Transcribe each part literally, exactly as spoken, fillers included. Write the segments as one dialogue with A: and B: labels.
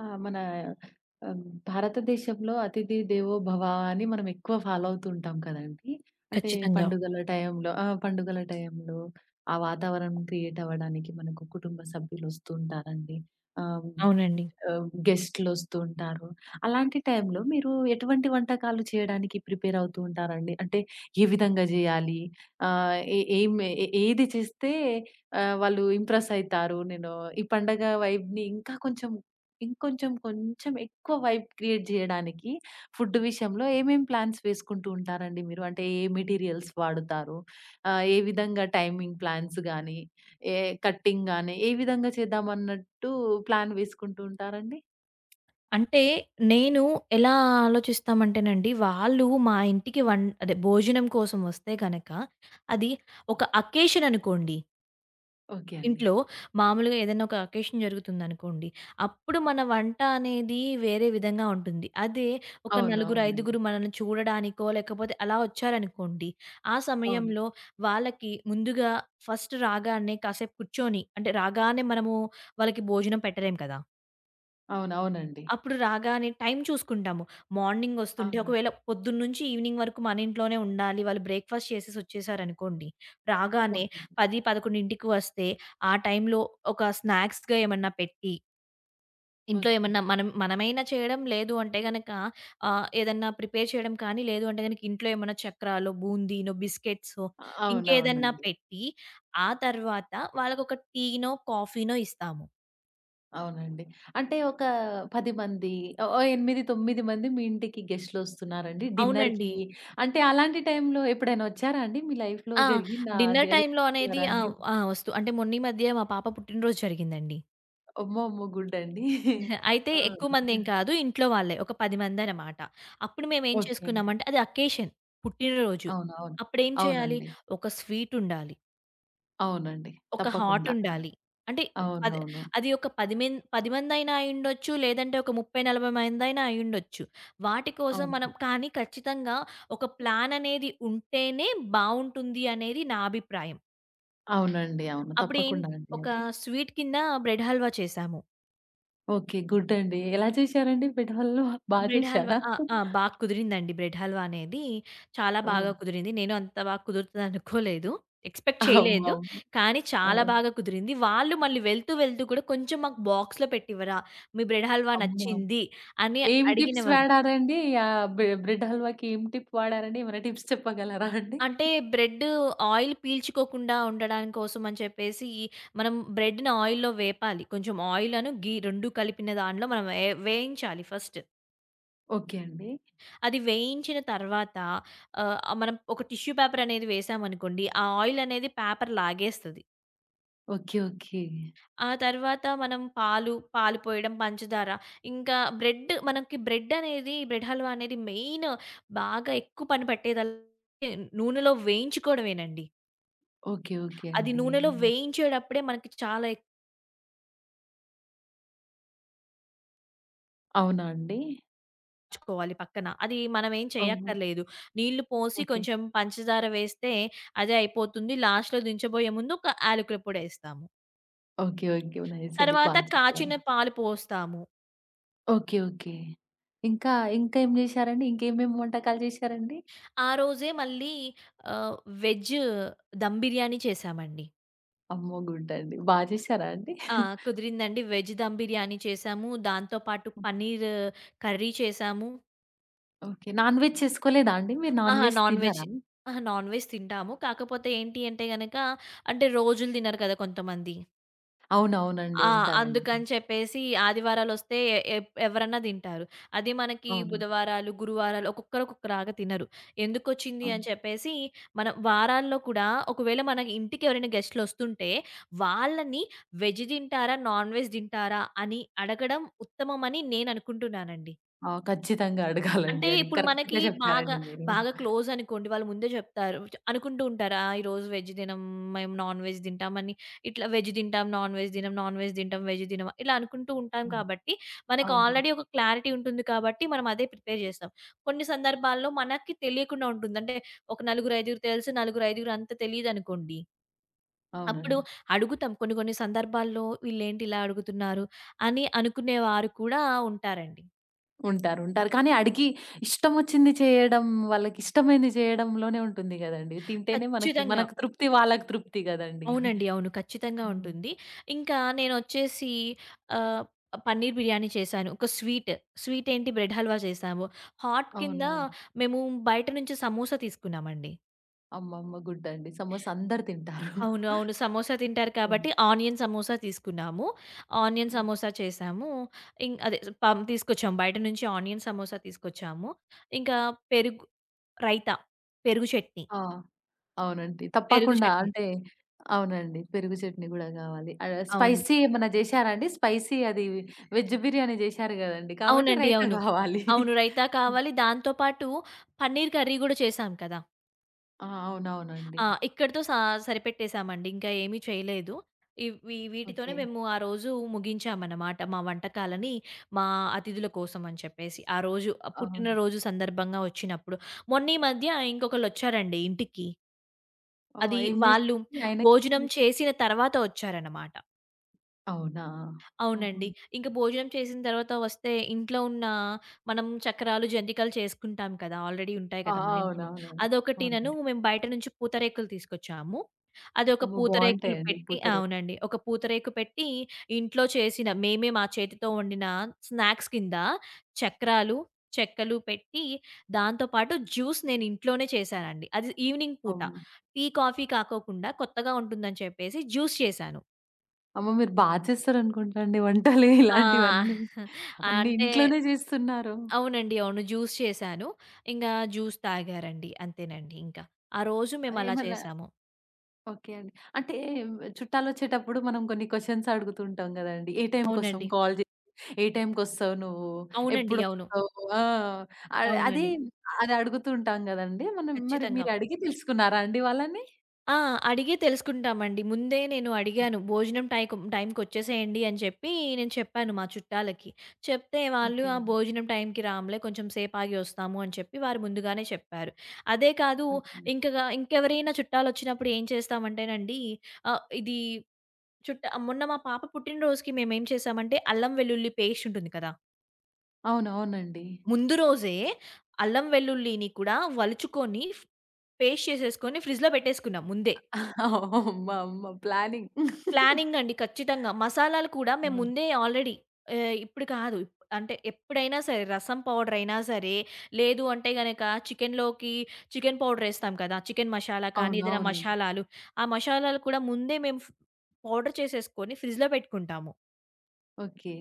A: ఆ! మన ఆహ్, భారతదేశంలో అతిథి దేవో భవ అని మనం ఎక్కువ ఫాలో అవుతూ ఉంటాం కదండీ! అంటే
B: ఖచ్చితంగా.
A: పండుగల టైంలో ఆ! పండుగల టైంలో ఆ వాతావరణం క్రియేట్ అవ్వడానికి మనకు కుటుంబ సభ్యులొస్తూ ఉంటారండి. ఆహ్
B: అవునండి.
A: ఆహ్, గెస్ట్‌లొస్తూ ఉంటారు. అలాంటి టైంలో మీరు ఎటువంటి వంటకాలు చేయడానికి ప్రిపేర్ అవుతూ ఉంటారండి? అంటే ఏ విధంగా జేయాలి? ఆహ్, ఏ ఏం ఏ ఏది చేస్తే ఆహ్, వాళ్ళు ఇంప్రెస్ అయితారు. నేను ఈ పండగ వైబ్‌ని ఇంకా కొంచెం ఇంకొంచెం కొంచెం ఎక్కువ వైబ్ క్రియేట్ జేయడానికి ఫుడ్ విషయంలో ఏమేం ప్లాన్స్ వేసుకుంటూ ఉంటారండి మీరు? అంటే ఏ మెటీరియల్స్ వాడుతారు? ఆహ్, ఏ విధంగా టైమింగ్ ప్లాన్స్ గాని ఏ కట్టింగ్ గాని, ఏ విధంగా చేద్దామన్నట్టు ప్లాన్ వేసుకుంటూ ఉంటారండి?
B: అంటే నేను ఎలా ఆలోచిస్తామంటేనండి, వాళ్ళు మా ఇంటికి వం అదే భోజనం కోసం వస్తే గనక, అది ఒక అకేషన్ అనుకోండి.
A: ఓకే అండి.
B: ఇంట్లో మామూలుగా ఏదైనా ఒక అకేషన్ జరుగుతుందనుకోండి, అప్పుడు మన వంట అనేది వేరే విధంగా ఉంటుంది. అదే ఒక
A: అవును.
B: నలుగురు,
A: అవునండి.
B: ఐదుగురు మనల్ని చూడడానికో, లేకపోతే అలా వచ్చారనుకోండి, ఆ
A: అవును.
B: సమయంలో వాళ్ళకి ముందుగా ఫస్ట్ రాగానే కాసేపు కూర్చొని అంటే రాగానే మనము వాళ్ళకి భోజనం పెట్టలేం కదా!
A: అవును. అవునండి.
B: అప్పుడు రాగానే టైం చూసుకుంటాము. మార్నింగ్ వస్తుంటే
A: అవునా?
B: ఒకవేళ పొద్దున్నుంచి ఈవినింగ్ వరకు మన ఇంట్లోనే ఉండాలి. వాళ్ళు బ్రేక్‌ఫాస్ట్ చేసేసొచ్చేసారనుకోండి. రాగానే
A: ఓకే అండి.
B: పది, 11కి వస్తే ఆ టైంలో ఒక స్నాక్స్‌గా ఏమన్నా పెట్టి, ఇంట్లో
A: ఓకే.
B: ఏమన్నా మనం మనమైనా చేయడం లేదు అంటే గనక ఆహ్, ఏదన్నా ప్రిపేర్ చేయడం కానీ, లేదు అంటే గనక ఇంట్లో ఏమన్నా చక్రాలో, బూందీనో, బిస్కెట్సో ఇంకేదన్నా
A: అవునవునండి.
B: పెట్టి, ఆ తర్వాత వాళ్ళకొక టీనో, కాఫీనో ఇస్తాము.
A: అవునండి. అంటే ఒక పది మంది, ఓ ఓ ఎనిమిది, తొమ్మిది మంది మీ ఇంటికి గెస్ట్‌లొస్తున్నారండి డిన్నర్‌కి.
B: అవునండి.
A: అంటే అలాంటి టైంలో ఎప్పుడైనా వచ్చారా అండి? మీ లైఫ్‌లో
B: ఆ!
A: జరిగిందా
B: డిన్నర్
A: అది? అది
B: టైమ్‌లో అనేది
A: చెప్పగలరా
B: ఆ!
A: అండి?
B: ఆ! వస్తూ అంటే మొన్న ఈ మధ్య మా పాప పుట్టినరోజు జరిగిందండి.
A: అమ్మో! అమ్మో! గుడ్ అండి.
B: అయితే
A: ఆ!
B: ఎక్కువ మందేం కాదు. ఇంట్లో వాళ్ళే ఒక పది మందనమాట. అప్పుడు మేమేం
A: ఓకే అండి.
B: చేసుకున్నామంటే అది అకేషన్ పుట్టినరోజు.
A: అవునవును.
B: అప్పుడేం చేయాలి?
A: అవునండి.
B: ఒక స్వీట్ ఉండాలి.
A: అవునండి.
B: ఒక హాట్
A: తప్పకుండా.
B: ఉండాలి. అంటే పది
A: అవునవును.
B: అది ఒక పది మెన్ పది మందైనా అయ్యుండొచ్చు. లేదంటే ఒక ముప్పై, నలభై మందైనా అయ్యుండొచ్చు. వాటి కోసం మనం
A: అవునండి.
B: కానీ ఖచ్చితంగా ఒక ప్లాన్ అనేది ఉంటేనే బావుంటుంది అనేది నా అభిప్రాయం.
A: అవునండి. అవును.
B: అప్పుడేం
A: తప్పకుండా అండి
B: ఒక
A: అది.
B: స్వీట్ కింద బ్రెడ్ హల్వా చేశాము.
A: ఓకే. గుడ్ అండి. ఎలా చేశారండి పిఠాలు? బా
B: బ్రెడ్ హల్వా
A: చేశారా?
B: ఆ! ఆ! బా కుదిరిందండి. బ్రెడ్ హల్వా అనేది చాలా బాగా
A: హ్మ్.
B: కుదిరింది. నేను అంత బాగా కుదురుతదనుకోలేదు. ఎక్స్‌పెక్ట్ చేయలేదు.
A: అమ్మమ్మ!
B: కానీ చాలా
A: అవును.
B: బాగా కుదిరింది. వాళ్ళు మళ్ళీ వెళ్తూ, వెళ్తూ కూడా కొంచెం మాకు బాక్స్‌లో పెట్టివ్వరా? మీ బ్రెడ్ హల్వా
A: అమ్మో!
B: నచ్చింది అని
A: ఏం టిప్స్
B: అడిగినవారు.
A: వాడారండి? ఆహ్, బ్రె బ్రెడ్ హల్వాకి ఏం టిప్ వాడారండి? ఏమైనా టిప్స్ చెప్పగలరా అండి?
B: అంటే బ్రెడ్ ఆయిల్ పీల్చుకోకుండా ఉండడానికి కోసం అని చెప్పేసి, మనం బ్రెడ్‌ని ఆయిల్‌లో వేపాలి. కొంచెం ఆయిల్ అను, ఘీ టూ కలిపిన దాంట్లో మనం వే వేయించాలి ఫస్ట్.
A: ఓకే అండి.
B: అది వేయించిన తర్వాత ఆహ్, మనం ఒక టిష్యూ పేపర్ అనేది వేసామనుకోండి, ఆ ఆయిల్ అనేది పేపర్ లాగేస్తది.
A: ఓకే. ఓకే.
B: ఆ తర్వాత మనం పాలు, పాలు పోయడం, పంచదార ఇంకా బ్రెడ్ మనకి బ్రెడ్ అనేది బ్రెడ్ హల్వా అనేది మెయిన్ బాగా ఎక్కువ పని పట్టేదల్ నూనెలో వేయించుకోవడమేనండి.
A: ఓకే. ఓకే
B: అది
A: అండి.
B: నూనెలో వేయించేటప్పుడే మనకి చాలా
A: అవునా అండి?
B: ఎక్కించుకోవాలి పక్కన. అది మనం ఏం
A: ఓహో!
B: చేయక్కర్లేదు. నీళ్లు పోసి
A: ఓకే.
B: కొంచెం పంచదార వేస్తే అదే అయిపోతుంది. లాస్ట్‌లో దించబోయే ముందు ఒక యాలకుల పొడేస్తాము.
A: ఓకే. ఓకే. నైస్ అండి. బా
B: తర్వాత
A: చెప్పారు.
B: కాచిన పాలు పోస్తాము.
A: ఓకే. ఓకే. ఇంకా, ఇంకా ఏం జేశారండి? ఇంకేమేం వంటకాలు జేశారండి?
B: ఆ రోజే మళ్ళీ ఆహ్, వెజ్ దమ్ బిర్యానీ చేశామండి.
A: అమ్మో! గుడ్ అండి. బా చేశారా అండి?
B: ఆ! కుదిరిందండి. వెజ్ దమ్ బిర్యానీ చేశాము. దాంతో పాటు పన్నీర్ కర్రీ చేశాము.
A: ఓకే. నాన్ వెజ్ చేసుకోలేదా అండి? మీరు నాన్
B: అహా!
A: వెజ్
B: నాన్ వెజ్
A: తినరా?
B: అహా! నాన్ వెజ్ తింటాము. కాకపోతే ఏంటి అంటే గనక అంటే రోజులు తినరు కదా కొంతమంది.
A: అవునవునండి.
B: ఆ!
A: ఉంటారండి.
B: అందుకని చెప్పేసి ఆదివారాలొస్తే ఎప్ ఎవరన్నా తింటారు. అది మనకి
A: అవునండి.
B: బుధవారాలు, గురువారాలు ఒక్కొక్కరు ఒక్కొక్కలాగా తినరు. ఎందుకొచ్చింది
A: అవును.
B: అని చెప్పేసి మనం వారాల్లో కూడా ఒకవేళ మన ఇంటికి ఎవరైనా గెస్ట్‌లొస్తుంటే వాళ్ళని వెజ్ తింటారా? నాన్ వెజ్ తింటారా? అని అడగడం ఉత్తమమని నేననుకుంటున్నానండి.
A: ఆ! ఖచ్చితంగా అడగాలండి.
B: అంటే
A: అది
B: ఇప్పుడు మనకి
A: కరెక్ట్‌గా
B: బాగా,
A: చెప్పారండి మీరు.
B: బాగా క్లోజ్ అనుకోండి. వాళ్ళు ముందే చెప్తారు. చ అనుకుంటూ ఉంటారు. ఆ! ఈరోజు వెజ్ తినం, మేము నాన్ వెజ్ తింటామని. ఇట్లా వెజ్ తింటాం, నాన్ వెజ్ తినం, నాన్ వెజ్ తింటాం, వెజ్ తినం ఇలా అనుకుంటూ ఉంటాం
A: హ్మ్.
B: కాబట్టి, మనకు
A: అవునండి.
B: ఆల్రెడీ ఒక క్లారిటీ ఉంటుంది కాబట్టి, మనం అదే ప్రిపేర్ చేస్తాం. కొన్ని సందర్భాల్లో మనకి తెలియకుండా ఉంటుంది. అంటే ఒక నలుగురు, ఐదుగురు తెలుసు. నలుగురు, ఐదుగురు అంత తెలీదనుకోండి. అప్పుడు
A: అవునండి.
B: అడుగుతాం. కొన్ని కొన్ని సందర్భాల్లో వీళ్ళేంటి ఇలా అడుగుతున్నారు అని అనుకునేవారు కూడా ఉంటారండి.
A: ఉంటారు. ఉంటారు. కానీ అడిగి ఇష్టమొచ్చింది చేయడం, వాళ్ళకిష్టమైంది చేయడంలోనే ఉంటుంది గదండీ. తింటేనే మనకి
B: ఖచ్చితంగా.
A: మనకు తృప్తి, వాళ్ళకి తృప్తి గదండీ.
B: అవునండి. అవును. ఖచ్చితంగా
A: హ్మ్.
B: ఉంటుంది. ఇంకా నేనొచ్చేసి ఆహ్, పన్నీర్ బిర్యానీ చేశాను. ఒక స్వీట్, స్వీట్ ఏంటి బ్రెడ్ హల్వా చేశాము. హాట్ కింద
A: అవునవును.
B: మేము బయట నుంచి సమోసా తీసుకున్నామండి.
A: అమ్మమ్మ గుడ్డండి. సమోసా అందరు తింటారు.
B: అవును. అవును. సమోసా తింటారు
A: హ్మ్.
B: కాబట్టి ఆనియన్ సమోసా తీసుకున్నాము. ఆనియన్
A: హ్మ్.
B: సమోసా చేశాము. ఇం అదే పం తీసుకొచ్చాము. బయట నుంచి ఆనియన్ సమోసా తీసుకొచ్చాము. ఇంకా పెరుగు రైతా, పెరుగు చట్నీ,
A: ఆ! అవునండి.
B: పెరుగు
A: తప్పకుండా
B: చట్నీ.
A: అంటే అవునండి. పెరుగు చట్నీ గూడా గావాలి. ఆహ్,
B: అవును.
A: స్పైసీ ఏమన్నా జేశారా అండి? స్పైసీ అది వెజ్ బిర్యానీ జేశారు గదండీ! కాబట్టి
B: అవునండి.
A: రైతా
B: అవును.
A: గావాలి.
B: అవును. రైతా
A: హ్మ్.
B: కావాలి. దాంతో పాటు పన్నీర్ కర్రీ గూడా చేశాం కదా!
A: ఆ! అవునవునండి.
B: ఆ! ఇక్కడితో సా సరిపెట్టేసామండి. ఇంకా ఏమీ చేయలేదు. ఇవి వీటితోనే
A: ఓకే.
B: మేము ఆ రోజు ముగించామన్నమాట. మా వంటకాలని మా అతిథుల కోసం అని చెప్పేసి. ఆ రోజు ఆ
A: అవును.
B: పుట్టినరోజు సందర్భంగా వచ్చినప్పుడు. మొన్న ఈ మధ్య ఇంకొకళ్ళొచ్చారండి ఇంటికి.
A: ఆ!
B: అది
A: ఏం
B: వాళ్ళు
A: జేశారండి ఆయన?
B: భోజనం చేసిన తర్వాత వచ్చారన్నమాట.
A: అవునా! ఆహా!
B: అవునండి. ఇంక భోజనం చేసిన తర్వాత వస్తే ఇంట్లో ఉన్న మనం చక్రాలు, జంతికలు చేసుకుంటాం కదా! ఆల్రెడీ ఉంటాయి
A: ఆ!
B: కదా మన ఇంట్లో.
A: అవునవునండి.
B: అదొకటినను
A: అవునండి.
B: మేము బయట నుంచి పూతరేకులు తీసుకొచ్చాము. అదొక
A: అమ్మో!
B: పూతరేకులు
A: బావుంటాయండి
B: పెట్టి
A: పూతరేకులు.
B: అవునండి. ఒక పూతరేకు పెట్టి ఇంట్లో చేసిన మేమే మా చేతితో వండిన స్నాక్స్ కింద చక్రాలు, చెక్కలు పెట్టి దాంతో పాటు జ్యూస్ నేను ఇంట్లోనే చేశానండి. అది ఈవినింగ్ పూట.
A: అవును.
B: టీ, కాఫీ కాకోకుండా కొత్తగా ఉంటుందని చెప్పేసి జ్యూస్ చేశాను.
A: అమ్మో! మీరు బా చేస్తారనుకుంటా అండి వంటలు
B: ఆ!
A: ఇలాంటివన్నీ. అన్నీ
B: అంటే
A: ఇంట్లోనే జేస్తున్నారు.
B: అవునండి. అవును. జ్యూస్ చేశాను. ఇంగా జ్యూస్ తాగారండి. అంతేనండి ఇంకా. ఆ రోజు
A: హ్మ్.
B: మేమలా
A: ఏమన్నా
B: చేశాము.
A: ఓకే అండి. అంటే చుట్టాలొచ్చేటప్పుడు మనం కొన్ని క్వెషన్స్ అడుగుతుంటాం గదండీ! ఏ టైంకొస్తాం
B: అవునండి.
A: కాల్ జే ఏ టైంకొస్తావు నువ్వు?
B: అవునండి. అవును.
A: ఎప్పుడొస్తావు? ఆ! అద్ అది
B: అవునండి.
A: అది అడుగుతూ ఉంటాం గదండీ! మనం మరి
B: ఖచ్చితంగా.
A: మీరడిగి తెలుసుకున్నారా అండి వాళ్ళని?
B: ఆ! అడిగే తెలుసుకుంటామండి. ముందే నేను అడిగాను. భోజనం టైకు టైంకొచ్చేసేయండి అని చెప్పి నేను చెప్పాను మా చుట్టాలకి. చెప్తే వాళ్ళు
A: ఓకే
B: ఆ!
A: అండి.
B: భోజనం టైంకి రాములే కొంచెం సేపాగి వస్తాము అని చెప్పి వారు ముందుగానే చెప్పారు. అదే కాదు
A: ఓకే.
B: ఇంకగా ఇంకెవరైనా చుట్టాలొచ్చినప్పుడు ఏం చేస్తామంటేనండి ఆహ్, ఇది చుట్ట మొన్న మా పాప పుట్టినరోజుకి మేమేం చేశామంటే, అల్లం వెల్లుల్లి పేస్ట్ ఉంటుంది కదా!
A: అవునవునండి.
B: ముందు రోజే అల్లం వెల్లుల్లిని కూడా వలుచుకొని ఫ్ పేస్ట్ చేసేసుకొని ఫ్రిడ్జ్‌లో పెట్టేసుకున్నాం ముందే.
A: అమ్మ! అమ్మ! ప్లానింగ్.
B: ప్లానింగ్ అండి ఖచ్చితంగా. మసాలాలు కూడా మేము
A: అవును.
B: ముందే ఆల్రెడీ ఆహ్, ఇప్పుడు కాదు. ఇప్- అంటే ఎప్పుడైనా సరే రసం పౌడర్ అయినా సరే, లేదు అంటే గనక చికెన్‌లోకి చికెన్ పౌడర్ ఏస్తాం కదా! చికెన్ మషాలా కానీ,
A: అవును.
B: ఏదైనా
A: అవునండి.
B: మషాలాలు. ఆ మషాలాలు కూడా ముందే మేము ఫ్ పౌడర్ చేసేసుకొని ఫ్రిడ్జ్‌లో పెట్టుకుంటాము.
A: ఓకే.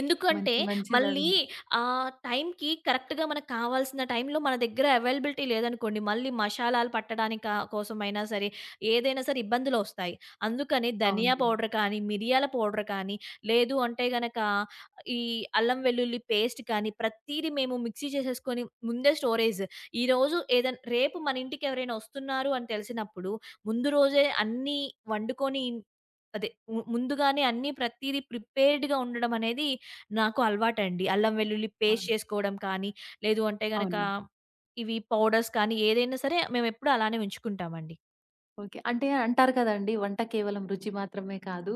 B: ఎందుకంటే
A: మంచి
B: మళ్ళీ
A: మంచిదండి.
B: ఆ టైంకి కరెక్ట్‌గా మనకు కావాల్సిన టైంలో మన దగ్గర అవైలబిలిటీ లేదనుకోండి, మళ్ళీ మషాలాలు పట్టడానిక కోసమైనా సరే, ఏదైనా సరే ఇబ్బందులొస్తాయి. అందుకని ధనియా
A: అవునవును.
B: పౌడర్ కానీ, మిరియాల పౌడర్ కానీ, లేదు అంటే గనక ఈ అల్లం వెల్లుల్లి పేస్ట్ కానీ, ప్రతీది మేము మిక్సీ చేసేసుకొని ముందే స్టోరేజ్ ఈరోజు ఏదన్ రేపు మన ఇంటికి ఎవరైనా ఒస్తున్నారు అని తెలిసినప్పుడు, ముందు రోజే అన్నీ వండుకొని అదే ము ముందుగానే అన్నీ ప్రతీదీ ప్రిపేర్డ్‌గా ఉండడం అనేది నాకు అలవాటండి. అల్లం, వెల్లుల్లి
A: ఆ!
B: పేస్ట్ చేసుకోవడం కానీ, లేదు అంటే గనక
A: అవునండి.
B: ఇవి పౌడర్స్ కానీ ఏదైనా సరే మేమెప్పుడూ అలానే ఉంచుకుంటామండి.
A: ఓకే. అంటే అంటారు కదండీ! వంట కేవలం రుచి మాత్రమే కాదు.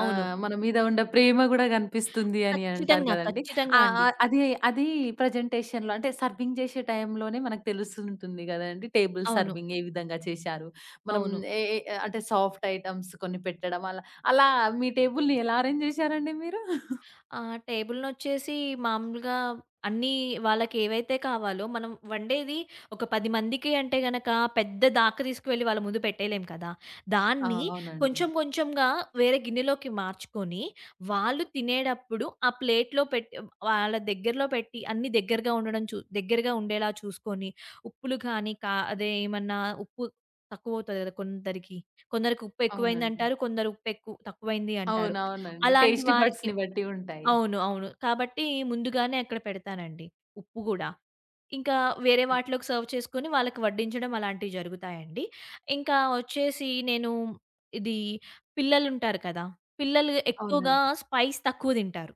B: అవును.
A: ఆహ్, మన మీద ఉన్న ప్రేమ గూడా గనిపిస్తుంది అని అంటారు
B: ఖచ్చితంగా.
A: కదండీ!
B: ఖచ్చితంగా
A: ఆహ్,
B: అండి.
A: ఆహ్, అది అది ప్రజెంటేషన్‌లో అంటే సర్వింగ్ జేసే టైంలోనే మనకు తెలుస్తుంటుంది గదండీ! టేబుల్
B: అవును.
A: సర్వింగ్ ఏ విధంగా చేశారు? మనం
B: అవును.
A: ఏ ఏ అంటే సాఫ్ట్ ఐటెమ్స్ కొన్ని పెట్టడం అలా, అలా మీ టేబుల్‌ని ఎలా అరేంజ్ జేశారండి మీరు?
B: ఆ! టేబుల్‌నొచ్చేసి మామూలుగా అన్నీ వాళ్ళకేవైతే కావాలో మనం వండేది ఒక పది మందికి అంటే గనక పెద్ద దాక తీసుకువెళ్ళి వాళ్ళ ముందు పెట్టేయలేం కదా!
A: ఆ!
B: దాన్ని
A: అవునండి.
B: కొంచెం కొంచెంగా వేరే గిన్నెలోకి మార్చుకొని, వాళ్ళు తినేటప్పుడు ఆ ప్లేట్‌లో పెట్టి వాళ్ళ దగ్గరలో పెట్టి అన్నీ దగ్గరగా ఉండడం చూ దగ్గరగా ఉండేలా చూసుకొని, ఉప్పులు కానీ కా అదే ఏమన్నా ఉప్పు తక్కువవుతది కదా! కొందరికి. కొందరికి ఉప్పు
A: అవునండి.
B: ఎక్కువైందంటారు. కొందరు ఉప్పు ఎక్కువ తక్కువైంది అంటారు.
A: అవునవునండి.
B: అలాంటి
A: టేస్టీ
B: వారికి
A: బడ్స్‌ని బట్టి ఉంటాయి.
B: అవును. అవును. కాబట్టి ముందుగానే అక్కడ పెడతానండి ఉప్పు గూడా. ఇంకా వేరే వాటిలోకి సర్వ్ చేసుకొని వాళ్ళకి వడ్డించడం అలాంటివి జరుగుతాయండి. ఇంకా వచ్చేసి నేను ఇది పిల్లలుంటారు కదా! పిల్లలు ఎక్కువగా
A: అవునండి.
B: స్పైస్ తక్కువ తింటారు.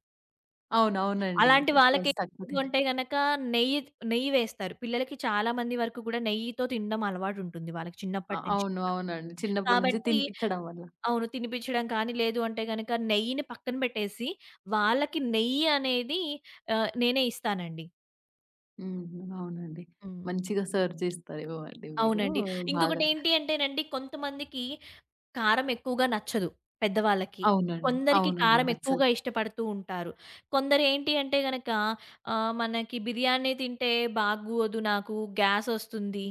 A: అవునవునండి.
B: అలాంటి వాళ్ళకి
A: స్పైస్ తక్కువ
B: లేదు
A: తిన్
B: అంటే గనక నెయ్యి నెయ్యి వేస్తారు. పిల్లలకి చాలా మంది వరకు కూడా నెయ్యితో తినడం అలవాటుంటుంది వాళ్ళకి
A: అ
B: చిన్నప్పటి నుంచి
A: అవును.
B: కూడా.
A: అవునండి. చిన్నప్పటి నుంచి
B: కాబట్టి
A: తినిపిచ్చడం వల్ల.
B: అవును. తినిపించడం కానీ, లేదు అంటే గనక నెయ్యిని పక్కన పెట్టేసి, వాళ్ళకి నెయ్యి అనేది ఆహ్, నేనే ఇస్తానండి.
A: హ్మ్. అవునండి.
B: హ్మ్.
A: మంచిగా సర్వ్ చేస్తారేమో అండి మీరు
B: అవునండి.
A: బాగా.
B: ఇంకొకటేంటి అంటేనండి, కొంతమందికి కారం ఎక్కువగా నచ్చదు పెద్దవాళ్ళకి.
A: అవునండి.
B: కొందరికి
A: అవునండి.
B: కారం
A: నచ్చదు.
B: ఎక్కువగా ఇష్టపడుతూ ఉంటారు. కొందరేంటి అంటే గనక ఆహ్, మనకి బిర్యానీ తింటే బాగోదు నాకు, గ్యాసొస్తుంది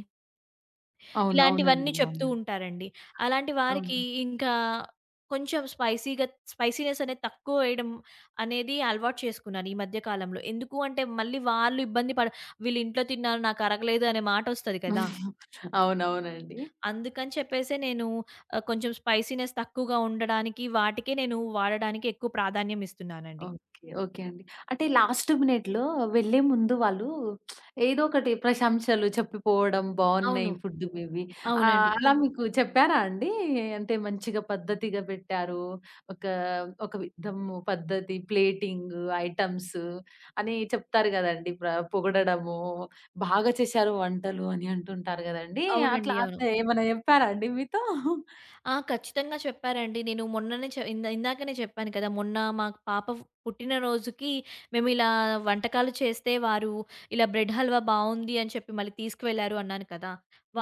A: అవును.
B: ఇలాంటివన్నీ
A: అవునండి.
B: చెప్తూ
A: అవును.
B: ఉంటారండి. అలాంటి వారికి
A: అవును.
B: ఇంకా కొంచెం స్పైసీ‌గా స్పైసీనెస్ అనేది తక్కువ వేయడం అనేది అలవాటు చేసుకున్నాను ఈ మధ్య కాలంలో. ఎందుకు అంటే మళ్ళీ వాళ్ళు ఇబ్బంది పడ వీళ్ళు ఇంట్లో తిన్నారు నాకరగలేదు అనే మాటొస్తది కదా!
A: అవునవునండి.
B: అందుకని చెప్పేసే నేను ఆహ్, కొంచెం స్పైసీనెస్ తక్కువగా ఉండడానికి వాటికే నేను వాడడానికి ఎక్కువ ప్రాధాన్యం ఇస్తున్నానండి.
A: ఓకే. ఓకే అండి. అంటే లాస్ట్ మినిట్‌లో వెళ్ళే ముందు వాళ్ళు ఏదో ఒకటి ప్రశంసలు చెప్పిపోవడం
B: అవును.
A: బావున్నాయి ఫుడ్ మేబీ. ఆహ్,
B: అవునండి.
A: అలా అవును. మీకు చెప్పారా అండి? అంటే మంచిగా పద్ధతిగా పెట్టారు. ఒక, ఒక విధము పద్ధతి ప్లేటింగ్, ఐటెమ్స్ అని చెప్తారు గదండీ! ప్ర పొగడడము, బాగా చేశారు వంటలు అని అంటుంటారు గదండీ!
B: అవునండి.
A: అట్లా
B: అవును.
A: అట్లా ఏమన్నా చెప్పారా అండి మీతో?
B: ఆ! ఖచ్చితంగా చెప్పారండి. నేను మొన్ననే చె ఇంద ఇందాకనే చెప్పాను కదా! మొన్న మాకు పాప పుట్టినరోజుకి మేమిలా వంటకాలు చేస్తే వారు ఇలా బ్రెడ్ హల్వా బావుంది అని చెప్పి మళ్ళీ తీసుకువెళ్లారు అన్నాను కదా!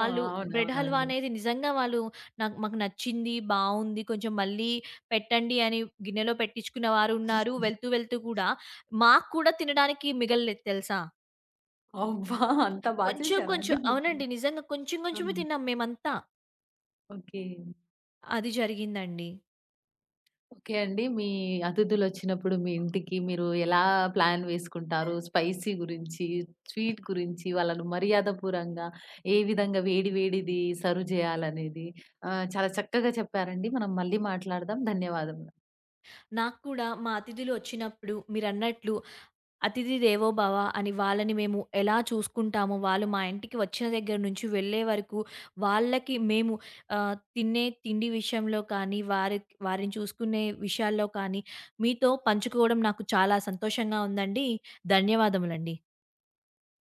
A: ఆ!
B: బ్రెడ్ హల్వా
A: అవునవునండి.
B: అనేది నిజంగా వాళ్ళు నాకు మాకు నచ్చింది, బావుంది కొంచెం మళ్ళీ పెట్టండి అని గిన్నెలో పెట్టించుకున్న వారున్నారు. వెళ్తూ వెళ్తూ కూడా మాకు కూడా తినడానికి మిగలలేదు తెలుసా?
A: అబ్బా! అంత బా
B: కొంచెం
A: చేశారా
B: కొంచెం
A: అండి మీరు?
B: అవునండి. నిజంగా కొంచెం
A: ఆ!
B: కొంచెమే తిన్నాం మేమంతా.
A: ఓకే.
B: అది జరిగిందండి.
A: ఓకే అండి. మీ అతిథులొచ్చినప్పుడు మీ ఇంటికి మీరు ఎలా ప్లాన్ వేసుకుంటారు? స్పైసీ గురించి, స్వీట్ గురించి, వాళ్ళను మర్యాదపూర్వంగా ఏ విధంగా వేడి వేడిది సర్వ్ చేయాలనేది ఆహ్, చాలా చక్కగా చెప్పారండి. మనం మళ్ళీ మాట్లాడదాం. ధన్యవాదములు.
B: నాకు కూడా మా అతిథులు వచ్చినప్పుడు మీరన్నట్లు అతిథి దేవో భవ అని వాళ్ళని మేము ఎలా చూసుకుంటామో, వాళ్ళు మా ఇంటికి వచ్చిన దగ్గర నుంచి వెళ్ళే వరకు వాళ్ళకి మేము ఆహ్, తినే తిండి విషయంలో కానీ, వారి వారిని చూసుకునే విషయాల్లో కానీ మీతో పంచుకోవడం నాకు చాలా సంతోషంగా ఉందండి. ధన్యవాదములండి.